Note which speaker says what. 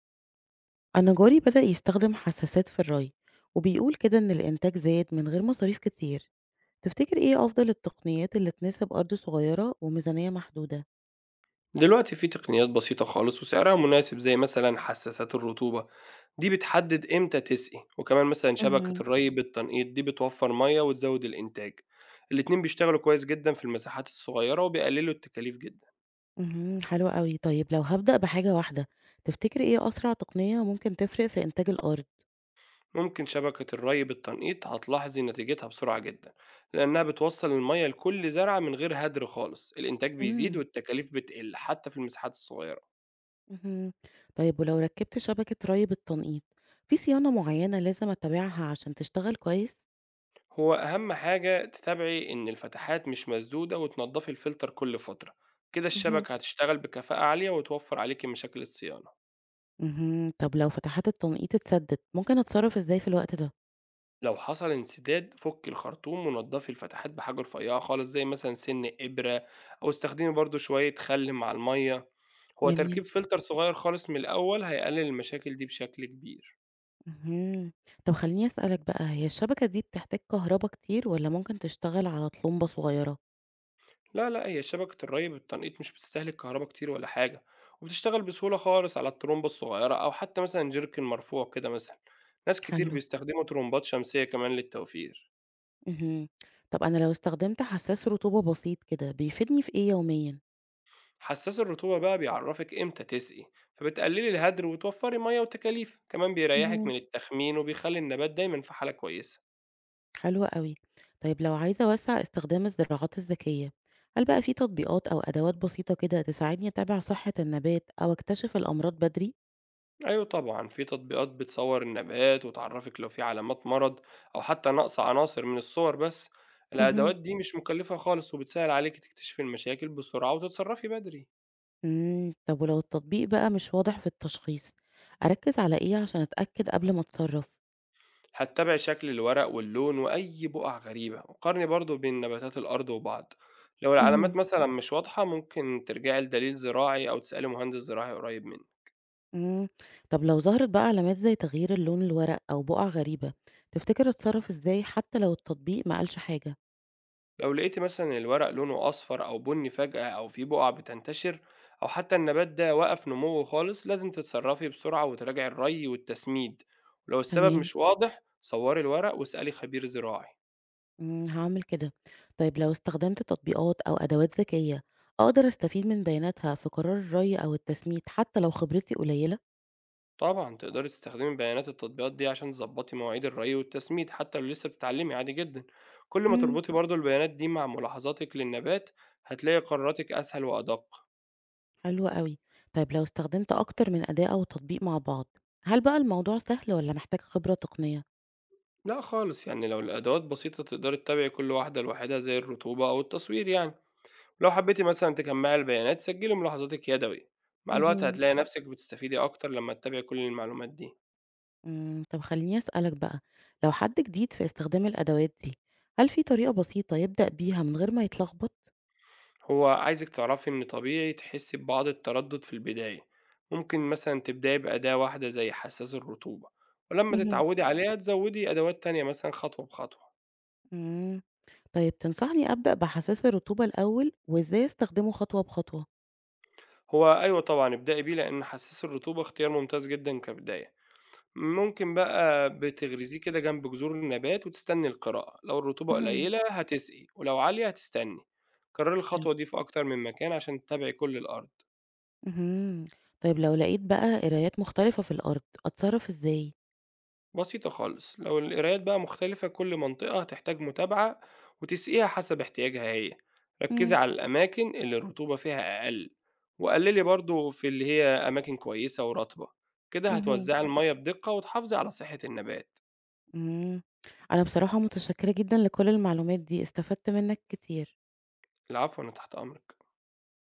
Speaker 1: أنا جاري بدأ يستخدم حساسات في الري، وبيقول كده إن الإنتاج زاد من غير مصاريف كتير. تفتكر إيه أفضل التقنيات اللي تناسب أرض صغيرة وميزانية محدودة؟
Speaker 2: دلوقتي في تقنيات بسيطة خالص وسعرها مناسب زي مثلا حساسات الرطوبة دي بتحدد امتى تسقي، وكمان مثلا شبكة
Speaker 1: مهم.
Speaker 2: الري بالتنقيط دي بتوفر مية وتزود الإنتاج. الاتنين بيشتغلوا كويس جدا في المساحات الصغيرة وبيقللوا التكاليف جدا.
Speaker 1: حلوة قوي. طيب لو هبدأ بحاجة واحدة، تفتكر إيه أسرع تقنية ممكن تفرق في إنتاج الأرض؟
Speaker 2: ممكن شبكة الري بالتنقيط هتلاحظي نتيجتها بسرعة جدا لأنها بتوصل المية لكل زرعة من غير هدر خالص. الإنتاج بيزيد
Speaker 1: امم
Speaker 2: والتكاليف بتقل حتى في المساحات الصغيرة.
Speaker 1: امم طيب ولو ركبت شبكة ري بالتنقيط، في صيانة معينة لازم أتبعها عشان تشتغل كويس؟
Speaker 2: هو أهم حاجة تتابعي إن الفتحات مش مسدودة وتنضفي الفلتر كل فترة. كده
Speaker 1: مهم.
Speaker 2: الشبكة هتشتغل بكفاءة عالية وتوفر عليكي مشاكل الصيانة.
Speaker 1: طب لو فتحات التنقيط اتسدت ممكن أتصرف إزاي في الوقت ده؟
Speaker 2: لو حصل انسداد فكي الخرطوم ونضفي الفتحات بحاجة رفيعة خالص زي مثلا سن إبرة، أو استخدمي برضو شوية خل مع المية. هو
Speaker 1: جميل.
Speaker 2: تركيب فلتر صغير خالص من الأول هيقلل المشاكل دي بشكل كبير.
Speaker 1: اهم. طب خلّيني أسألك بقى، هي الشبكة دي بتحتاج كهربا كتير والّا ممكن تشتغل على طلمبة صغيرة؟
Speaker 2: لا، لأ، هي شبكة الري بالتنقيط مش بتستهلك كهربا كتير ولا حاجة، وبتشتغل بسهولة خالص على الطرمبة الصغيرة أو حتى مثلًا جيركن مرفوع كده مثلًا، ناس كتير
Speaker 1: حلو.
Speaker 2: بيستخدموا طرمبات شمسية كمان للتوفير.
Speaker 1: اهم. طب أنا لو استخدمت حساس رطوبة بسيط كده، بيفيدني في إيه يوميًا؟
Speaker 2: حساس الرطوبة بقى بيعرفِك إمتى تسقي، فبتقللي الهدر وتوفري مَيّة وتكاليف، كمان بيريحِك
Speaker 1: اهم.
Speaker 2: من التخمين وبيخلي النبات دايمًا في حالة كويسة.
Speaker 1: حلو أوي. طيب لو عايزة أوسّع استخدام الزراعات الذكية، هل بقى في تطبيقات أو أدوات بسيطة كده تساعدني أتابع صحة النبات أو أكتشف الأمراض بدري؟
Speaker 2: أيوه طبعًا، في تطبيقات بتصوّر النبات وتعرّفك لو في علامات مرض أو حتى نقص عناصر من الصور بس،
Speaker 1: اهم.
Speaker 2: الأدوات دي مش مكلفة خالص وبتسهّل عليكِ تكتشفي المشاكل بسرعة وتتصرّفي بدري.
Speaker 1: إمم. طب ولو التطبيق بقى مش واضح في التشخيص، أركّز على إيه عشان أتأكد قبل ما أتصرف؟
Speaker 2: هتتابعي شكل الورق واللون وأي بُقع غريبة، وقارني برضه بين نباتات الأرض وبعض، لو العلامات
Speaker 1: اهم.
Speaker 2: مثلًا مش واضحة ممكن ترجعي لدليل زراعي أو تسألي مهندس زراعي قريب منِّك.
Speaker 1: إمم. طب لو ظهرت بقى علامات زي تغيير اللون الورق أو بُقع غريبة، تفتكر أتصرّف إزاي حتى لو التطبيق ما قالش حاجة؟
Speaker 2: لو لقيتي مثلا الورق لونه أصفر أو بني فجأة أو فيه بقع بتنتشر أو حتى النبات ده وقف نموه خالص، لازم تتصرفي بسرعة وتراجعي الري والتسميد. ولو السبب
Speaker 1: تمام،
Speaker 2: مش واضح صوري الورق واسألي خبير زراعي.
Speaker 1: هاعمل كده. طيب لو استخدمت تطبيقات أو أدوات ذكية، أقدر أستفيد من بياناتها في قرار الري أو التسميد حتى لو خبرتي قليلة؟
Speaker 2: طبعا تقدري تستخدمي بيانات التطبيقات دي عشان تظبطي مواعيد الري والتسميد حتى لو لسه بتتعلمي عادي جدا. كل ما
Speaker 1: إمم،
Speaker 2: تربطي برضو البيانات دي مع ملاحظاتك للنبات هتلاقي قراراتك أسهل وأدق.
Speaker 1: حلو أوي. طيب لو استخدمت أكتر من أداة أو تطبيق مع بعض، هل بقى الموضوع سهل والّا محتاج خبرة تقنية؟
Speaker 2: لا خالص، يعني لو الأدوات بسيطة تقدري تتابعي كل واحدة لوحدها زي الرطوبة أو التصوير يعني. لو حبيتي مثلا تجمعي البيانات سجلي ملاحظاتك يدوي. مع الوقت
Speaker 1: اهم.
Speaker 2: هتلاقي نفسك بتستفيدي أكتر لما تتابعي كل المعلومات دي.
Speaker 1: طب خلّيني أسألك بقى، لو حد جديد في استخدام الأدوات دي، هل في طريقة بسيطة يبدأ بيها من غير ما يتلخبط؟
Speaker 2: هو عايزك تعرفي إن طبيعي تحسي ببعض التردد في البداية. ممكن مثلا تبدأي بأداة واحدة زي حساس الرطوبة، ولما
Speaker 1: اهم.
Speaker 2: تتعودي عليها تزودي أدوات تانية مثلا خطوة بخطوة.
Speaker 1: إمم، طيب تنصحني أبدأ بحساس الرطوبة الأول وإزاي أستخدمه خطوة بخطوة؟
Speaker 2: هو أيوة طبعا ابدأي بيه لأن حساس الرطوبة اختيار ممتاز جدا كبداية. ممكن بقى بتغرزيه كده جنب جذور النبات وتستني القراءة، لو الرطوبة
Speaker 1: اهم،
Speaker 2: قليلة هتسقي ولو عالية هتستني. كرر
Speaker 1: حلو.
Speaker 2: الخطوة دي في أكتر من مكان عشان تتابعي كل الأرض.
Speaker 1: اهم، طيب لو لقيت بقى قرايات مختلفة في الأرض، أتصرف إزاي؟
Speaker 2: بسيطة خالص، لو القرايات بقى مختلفة كل منطقة هتحتاج متابعة وتسقيها حسب احتياجها هي. ركزي
Speaker 1: إمم.
Speaker 2: على الأماكن اللي الرطوبة فيها أقل، وقللي برضو في اللي هي أماكن كويسة ورطبة. كده
Speaker 1: اهم،
Speaker 2: هتوزعي المية بدقة وتحافظي على صحة النبات.
Speaker 1: إمم، أنا بصراحة متشكرة جدًا لكل المعلومات دي، استفدت منك كتير.
Speaker 2: العفو، أنا تحت أمرك.